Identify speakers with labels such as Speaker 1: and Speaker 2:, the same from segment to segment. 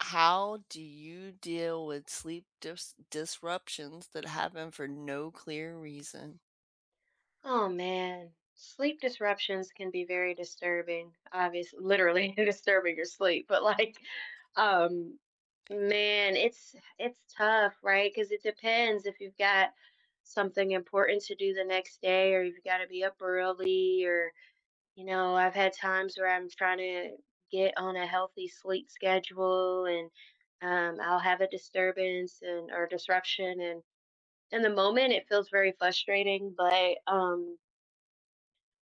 Speaker 1: How do you deal with sleep disruptions that happen for no clear reason?
Speaker 2: Oh man, sleep disruptions can be very disturbing. Obviously, literally disturbing your sleep, but um, man, it's tough, right? Because it depends if you've got something important to do the next day, or you've got to be up early, or you know, I've had times where I'm trying to get on a healthy sleep schedule, and I'll have a disturbance and or disruption, and in the moment it feels very frustrating, but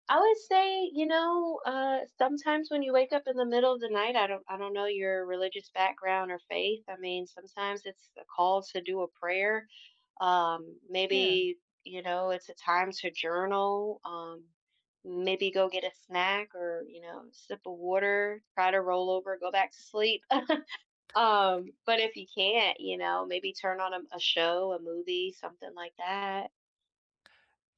Speaker 2: I would say, you know, sometimes when you wake up in the middle of the night, I don't know your religious background or faith. I mean, sometimes it's a call to do a prayer.
Speaker 1: Yeah.
Speaker 2: Maybe, you know, it's a time to journal. Maybe go get a snack or, you know, sip of water, try to roll over, go back to sleep. But if you can't, you know, maybe turn on a show, a movie, something like that.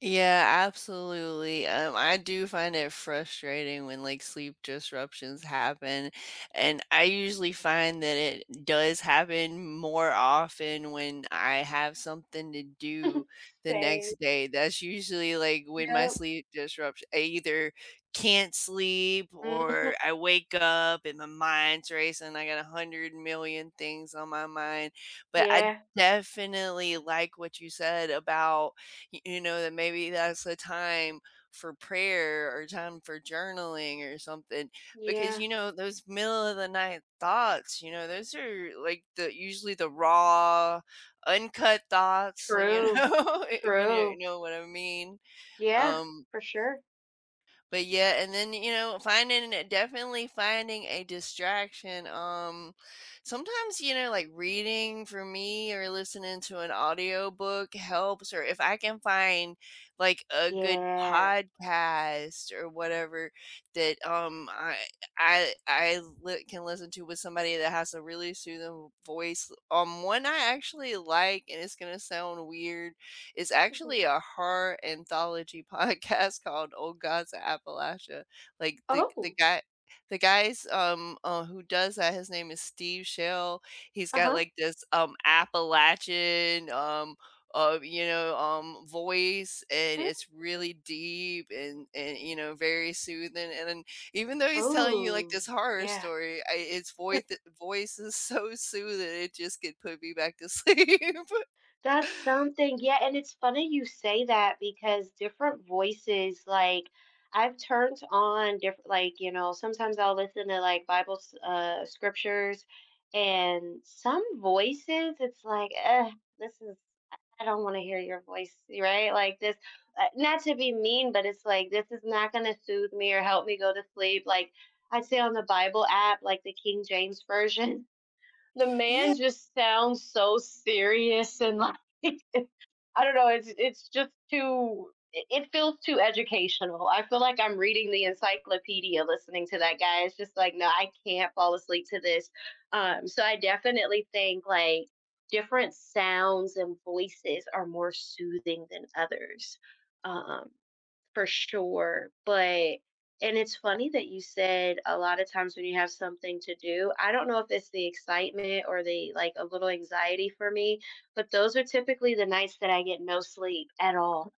Speaker 1: Yeah, absolutely. I do find it frustrating when like sleep disruptions happen, and I usually find that it does happen more often when I have something to do the
Speaker 2: Say,
Speaker 1: next day. That's usually like when my
Speaker 2: yep.
Speaker 1: sleep disruption, I either can't sleep
Speaker 2: hmm
Speaker 1: or I wake up and my mind's racing. I got a hundred million things on my mind, but I
Speaker 2: Yeah,
Speaker 1: definitely like what you said about you know that maybe that's a time for prayer or time for journaling or something because
Speaker 2: yeah.
Speaker 1: you know those middle of the night thoughts, you know, those are like the usually the raw uncut thoughts, you know.
Speaker 2: True.
Speaker 1: If you
Speaker 2: True.
Speaker 1: know what I mean.
Speaker 2: Yeah,
Speaker 1: um
Speaker 2: for sure.
Speaker 1: but yeah, and then, finding definitely finding a distraction. Sometimes, you know, like reading for me or listening to an audiobook helps, or if I can find like a good
Speaker 2: Yeah.
Speaker 1: podcast or whatever that can listen to with somebody that has a really soothing voice. One I actually like, and it's going to sound weird, is actually
Speaker 2: Mhm.
Speaker 1: a horror anthology podcast called Old Gods of Appalachia. Like the
Speaker 2: Oh,
Speaker 1: guy, the guys, who does that, his name is Steve Shell. He's got
Speaker 2: uh-huh.
Speaker 1: like this Appalachian you know, voice, and
Speaker 2: Mm.
Speaker 1: it's really deep and you know very soothing. And then even though he's telling you like
Speaker 2: Oh,
Speaker 1: this horror
Speaker 2: yeah.
Speaker 1: story, it's voice is so soothing it just could put me back to sleep.
Speaker 2: That's something. Yeah, and it's funny you say that because different voices, like I've turned on different, like, you know, sometimes I'll listen to like Bible scriptures and some voices, it's like, eh, this is I I don't want to hear your voice, right? Like this, not to be mean, but it's like this is not going to soothe me or help me go to sleep. Like I'd say on the Bible app, like the King James version the
Speaker 1: Yeah.
Speaker 2: man just sounds so serious and like I don't know, it's just too, it feels too educational. I feel like I'm reading the encyclopedia listening to that guy. It's just like, no, I can't fall asleep to this. So I definitely think like different sounds and voices are more soothing than others. Um, for sure, but and it's funny that you said a lot of times when you have something to do, I don't know if it's the excitement or the like a little anxiety for me, but those are typically the nights that I get no sleep at all.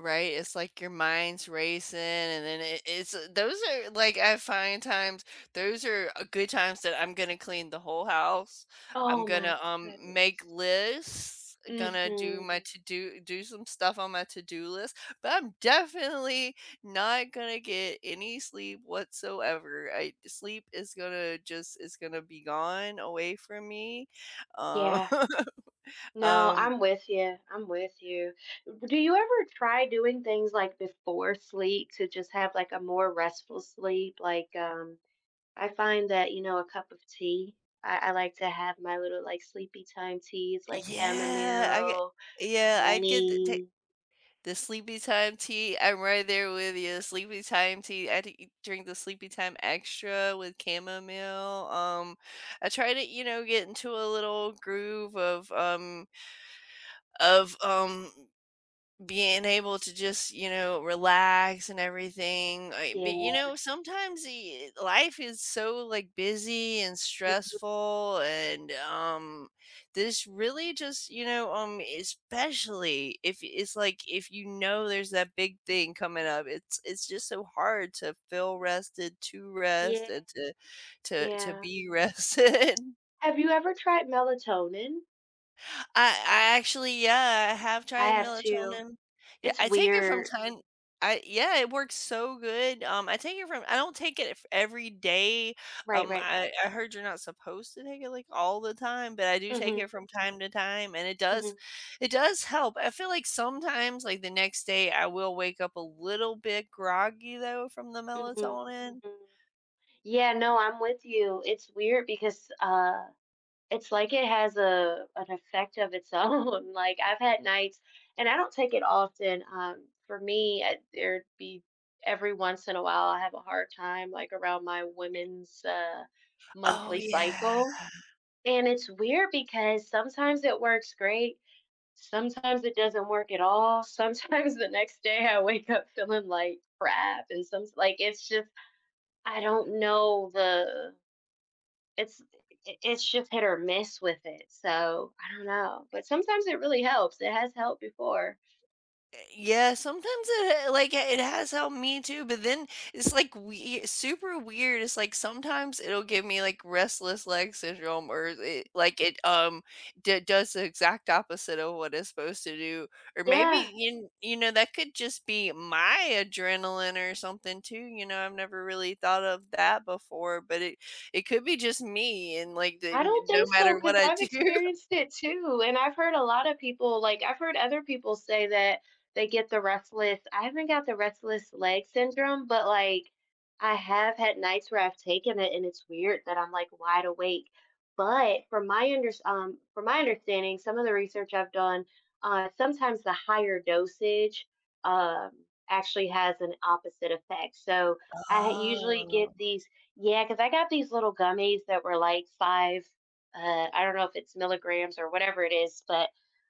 Speaker 1: Right? It's like your mind's racing and then it's those are like I find times, those are a good times that I'm gonna clean the whole house. I'm
Speaker 2: Oh my
Speaker 1: gonna make
Speaker 2: goodness.
Speaker 1: lists, gonna do my
Speaker 2: Mhm.
Speaker 1: to do do some stuff on my to do list, but I'm definitely not gonna get any sleep whatsoever. I Sleep is gonna be gone away from me. Um
Speaker 2: Yeah. No,
Speaker 1: um
Speaker 2: I'm with you. I'm with you. Do you ever try doing things like before sleep to just have like a more restful sleep, like I find that, you know, a cup of tea, I like to have my little, like, sleepy time teas, like
Speaker 1: yeah, I
Speaker 2: chamomile,
Speaker 1: yeah,
Speaker 2: honey.
Speaker 1: the sleepy time tea, I'm right there with you. Sleepy time tea. Drink the sleepy time extra with chamomile. I try to, you know, get into a little groove of of um being able to just, you know, relax and everything. I But,
Speaker 2: Yeah.
Speaker 1: you know, sometimes the life is so, like, busy and
Speaker 2: Mhm.
Speaker 1: stressful, and, this really just, you know, especially if it's like, if you know there's that big thing coming up, it's just so hard to feel rested, to rest,
Speaker 2: Yeah,
Speaker 1: and to to
Speaker 2: yeah.
Speaker 1: be rested.
Speaker 2: Have you ever tried melatonin?
Speaker 1: I actually, yeah, I have
Speaker 2: I
Speaker 1: tried
Speaker 2: have too.
Speaker 1: melatonin. Yeah,
Speaker 2: It's
Speaker 1: I take it from
Speaker 2: weird.
Speaker 1: time. I Yeah, it works so good. I take it from I don't take it every day.
Speaker 2: Right, right.
Speaker 1: I heard you're not supposed to take it like all the time, but I do take
Speaker 2: Mhm,
Speaker 1: it from time to time, and
Speaker 2: mhm,
Speaker 1: it does help. I feel like sometimes, like the next day, I will wake up a little bit groggy though from the
Speaker 2: mhm,
Speaker 1: melatonin.
Speaker 2: mhm. Yeah, no, I'm with you. It's weird because, it's like it has a an effect of its own. Like I've had nights, and I don't take it often. For me, there'd be every once in a while I have a hard time, like around my women's
Speaker 1: Oh
Speaker 2: monthly
Speaker 1: yeah.
Speaker 2: cycle, and it's weird because sometimes it works great, sometimes it doesn't work at all. Sometimes the next day I wake up feeling like crap, and some like it's just I don't know the it's it's just hit or miss with it, so I don't know, but sometimes it really helps. It has helped before.
Speaker 1: Yeah, sometimes it like it has helped me too, but then it's like we super weird. It's like sometimes it'll give me like restless leg syndrome, or it does the exact opposite of what it's supposed to do, or
Speaker 2: Yeah.
Speaker 1: maybe you know that could just be my adrenaline or something too. You know, I've never really thought of that before, but it could be just me, and
Speaker 2: I don't think
Speaker 1: no
Speaker 2: so,
Speaker 1: matter
Speaker 2: because
Speaker 1: what
Speaker 2: 'cause
Speaker 1: I
Speaker 2: I've
Speaker 1: do.
Speaker 2: experienced it too, and I've heard a lot of people like, I've heard other people say that they get the restless I haven't got the restless leg syndrome, but, like, I have had nights where I've taken it, and it's weird that I'm, like, wide awake. But from my understanding, some of the research I've done, sometimes the higher dosage, um, actually has an opposite effect. So I usually
Speaker 1: Oh,
Speaker 2: get these yeah, because I got these little gummies that were like five, I don't know if it's milligrams or whatever it is, but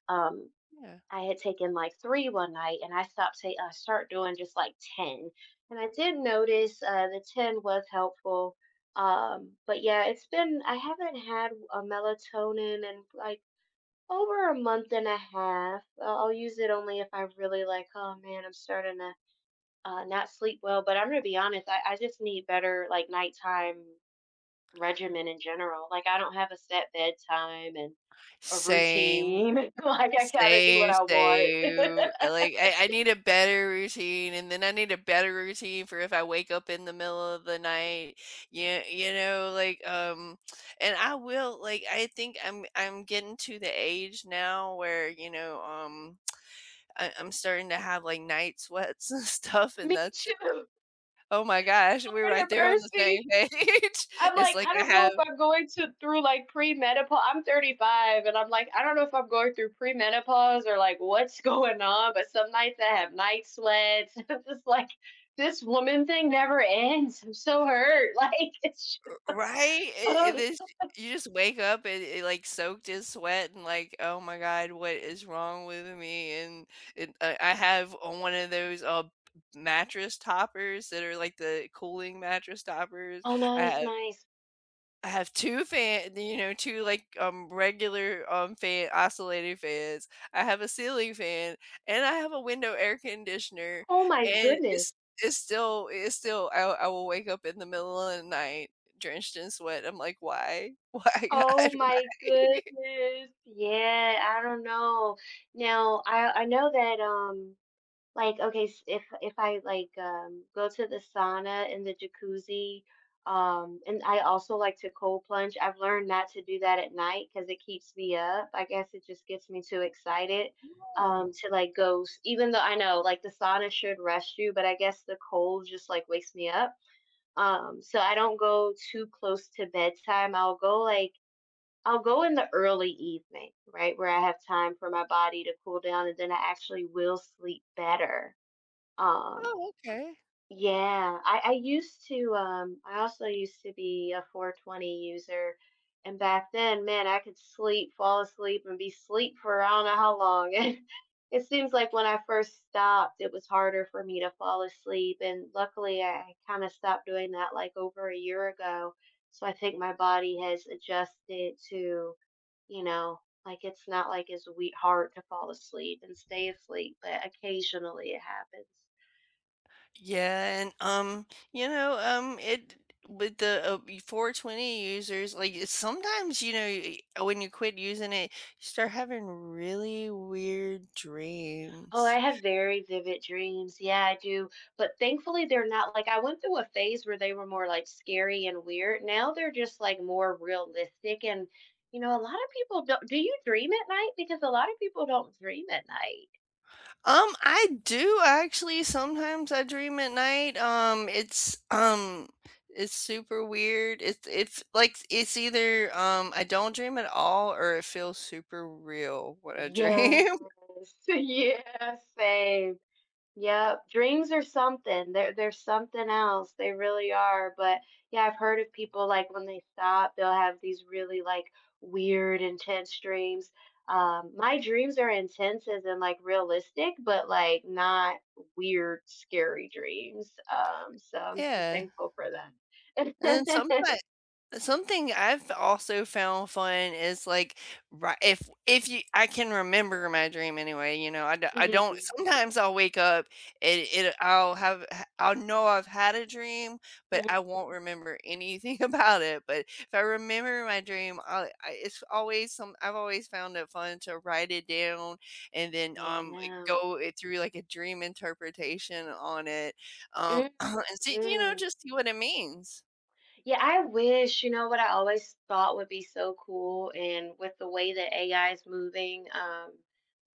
Speaker 2: um,
Speaker 1: yeah.
Speaker 2: I had taken like 3 one night and I stopped say I start doing just like 10. And I did notice the 10 was helpful. But yeah, it's been, I haven't had a melatonin in like over a month and a half. I'll use it only if I really like, oh man, I'm starting to not sleep well. But I'm gonna be honest, I just need better like nighttime regimen in general. Like, I don't have a set bedtime and a
Speaker 1: Same.
Speaker 2: routine. Like, I kind of do what I want.
Speaker 1: Same. I I need a better routine, and then I need a better routine for if I wake up in the middle of the night. Yeah, you know, like, and I will like, I think I'm getting to the age now where, you know, I I'm starting to have, like, night sweats and stuff, and
Speaker 2: Me
Speaker 1: that's,
Speaker 2: too.
Speaker 1: oh my gosh, we're
Speaker 2: Lord have
Speaker 1: right there on the same
Speaker 2: mercy.
Speaker 1: page.
Speaker 2: I'm
Speaker 1: It's
Speaker 2: like,
Speaker 1: like
Speaker 2: I
Speaker 1: I
Speaker 2: don't know
Speaker 1: have.
Speaker 2: if I'm going to through like premenopause. I'm 35, and I'm like, I don't know if I'm going through premenopause or like what's going on. But some nights I have night sweats. I'm just like, this woman thing never ends. I'm so hurt. Like, it's
Speaker 1: Right? It
Speaker 2: just,
Speaker 1: is, you just wake up and like, soaked in sweat and like, "Oh my god, what is wrong with me?" And I have on one of those, mattress toppers that are like the cooling mattress toppers.
Speaker 2: oh,
Speaker 1: I
Speaker 2: nice,
Speaker 1: have
Speaker 2: nice.
Speaker 1: I have 2 fan, you know, 2, like, regular, fan oscillating fans, I have a ceiling fan, and I have a window air conditioner,
Speaker 2: Oh my
Speaker 1: and it's
Speaker 2: goodness.
Speaker 1: it's still I will wake up in the middle of the night drenched in sweat. I'm like, "Why? Why, God?
Speaker 2: Oh
Speaker 1: Why?"
Speaker 2: my goodness. Yeah, I don't know. Now, I know that like okay, if I like go to the sauna and the jacuzzi, and I also like to cold plunge. I've learned not to do that at night because it keeps me up. I guess it just gets me too excited
Speaker 1: Oh.
Speaker 2: to like even though I know like the sauna should rest you, but I guess the cold just like wakes me up. So I don't go too close to bedtime. I'll go in the early evening, right, where I have time for my body to cool down and then I actually will sleep better. Um,
Speaker 1: Oh, okay.
Speaker 2: yeah, I used to I also used to be a 420 user and back then, man, I could sleep, fall asleep and be asleep for I don't know how long. And it seems like when I first stopped, it was harder for me to fall asleep and luckily I kind of stopped doing that like over a year ago. So I think my body has adjusted to, you know, like it's not like it's wee hard to fall asleep and stay asleep, but occasionally it happens.
Speaker 1: Yeah, and, you know, it with the, y 420 users, like, it's sometimes, you know, y when you quit using it, you start having really weird
Speaker 2: Oh, I
Speaker 1: dreams.
Speaker 2: have very vivid dreams. Yeah, I do. But thankfully, they're not like I went through a phase where they were more like scary and weird. Now they're just like more realistic. And, you know, a lot of people don't. Do you dream at night? Because a lot of people don't dream at night.
Speaker 1: I do actually sometimes I dream at night. It's, it's super weird. It's, like, it's either, I don't dream at all, or it feels super real when I
Speaker 2: Yes,
Speaker 1: dream.
Speaker 2: yes, same. Yep, dreams are something. They're something else. They really are. But yeah, I've heard of people like when they stop, they'll have these really like weird, intense dreams. My dreams are intense as in like realistic, but like not weird, scary dreams. So I'm
Speaker 1: Yeah,
Speaker 2: thankful for
Speaker 1: and then
Speaker 2: that.
Speaker 1: sometimes something I've also found fun is, like, ri if you, I can remember my dream anyway, you know, I don't.
Speaker 2: Mhm,
Speaker 1: Sometimes I'll wake up and it I'll have ha I'll know I've had a dream, but I
Speaker 2: mhm.
Speaker 1: won't remember anything about it. But if I remember my dream, I it's always some I've always found it fun to write it down and then,
Speaker 2: Yeah.
Speaker 1: go it through, like, a dream interpretation on it, and see, you know,
Speaker 2: Mhm.
Speaker 1: just see what it means.
Speaker 2: Yeah, I wish, you know, what I always thought would be so cool, and with the way that AI is moving,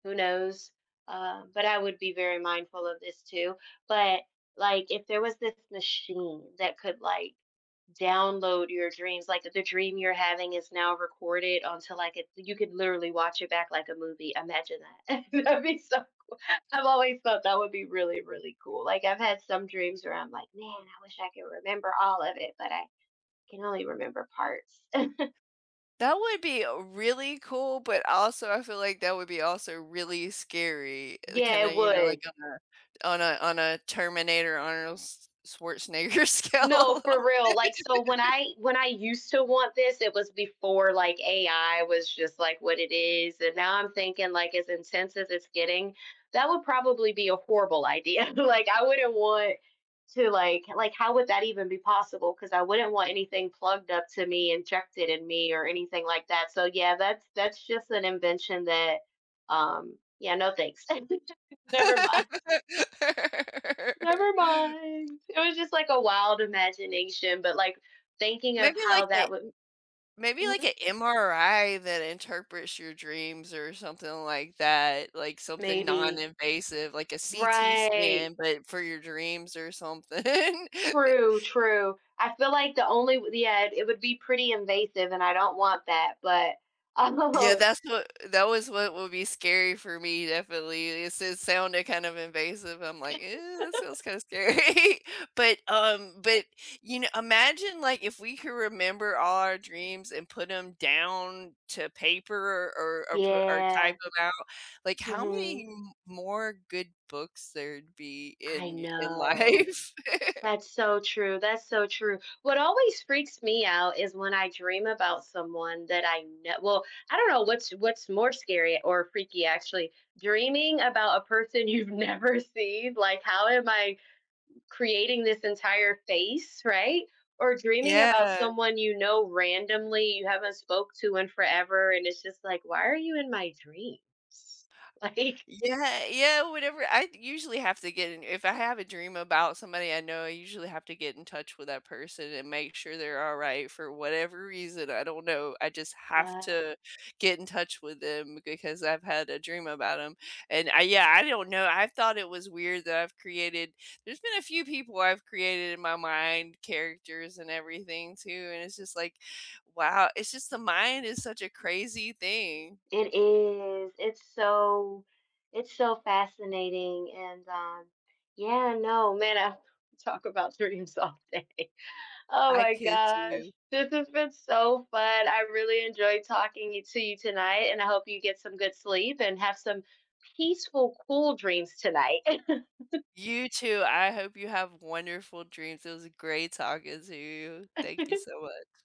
Speaker 2: who knows? But I would be very mindful of this too. But like, if there was this machine that could like download your dreams, like the dream you're having is now recorded onto like it, you could literally watch it back like a movie. Imagine that. That'd be so. I've always thought that would be really, really cool. Like I've had some dreams where I'm like, man, I wish I could remember all of it, but I can only remember parts.
Speaker 1: That would be really cool, but also I feel like that would be also really scary,
Speaker 2: yeah, it
Speaker 1: kinda, you know, like
Speaker 2: would.
Speaker 1: on a on a Terminator Arnold S Schwarzenegger scale a
Speaker 2: No, for
Speaker 1: little.
Speaker 2: real. Like so when I used to want this, it was before like AI was just like what it is. And now I'm thinking like as intense as it's getting, that would probably be a horrible idea. like I wouldn't want to like how would that even be possible? Because I wouldn't want anything plugged up to me, injected in me or anything like that. So yeah, that's just an invention that yeah, no thanks. Never mind. Never mind. It was just like a wild imagination, but like thinking of
Speaker 1: Maybe
Speaker 2: how
Speaker 1: like a
Speaker 2: that would
Speaker 1: Maybe like
Speaker 2: Mhm.
Speaker 1: an MRI that interprets your dreams or something like that, like something
Speaker 2: Maybe
Speaker 1: non-invasive, like a CT
Speaker 2: right.
Speaker 1: scan, but for your dreams or something.
Speaker 2: True, true. I feel like the only yeah, it would be pretty invasive and I don't want that, but
Speaker 1: Yeah,
Speaker 2: oh,
Speaker 1: that's what that was what would be scary for me, definitely. It sounded kind of invasive. I'm like, "Eh, that sounds kinda scary." But, you know, imagine, like, if we could remember all our dreams and put them down to paper or put or
Speaker 2: yeah.
Speaker 1: type them out, like, how
Speaker 2: hmm
Speaker 1: many m more good books there'd be
Speaker 2: I
Speaker 1: in
Speaker 2: know.
Speaker 1: life.
Speaker 2: That's so true. That's so true. What always freaks me out is when I dream about someone that I know. Well, I don't know what's more scary or freaky actually. Dreaming about a person you've never seen, like how am I creating this entire face, right? Or dreaming about
Speaker 1: Yeah.
Speaker 2: someone you know randomly you haven't spoke to in forever and it's just like, why are you in my dreams? Like
Speaker 1: Yeah, Whatever. I usually have to get in, if I have a dream about somebody I know, I usually have to get in touch with that person and make sure they're all right for whatever reason. I don't know. I just have
Speaker 2: uh,
Speaker 1: to get in touch with them because I've had a dream about them. Yeah, I don't know. I thought it was weird that there's been a few people I've created in my mind, characters and everything too. And it's just like, wow, it's just the mind is such a crazy thing.
Speaker 2: it is. It's so fascinating and yeah, no, man, I talk about dreams all day. Oh
Speaker 1: I
Speaker 2: my
Speaker 1: could
Speaker 2: gosh.
Speaker 1: too.
Speaker 2: This has been so fun. I really enjoyed talking to you tonight and I hope you get some good sleep and have some peaceful, cool dreams tonight.
Speaker 1: You too. I hope you have wonderful dreams. It was great talking to you. Thank you so much.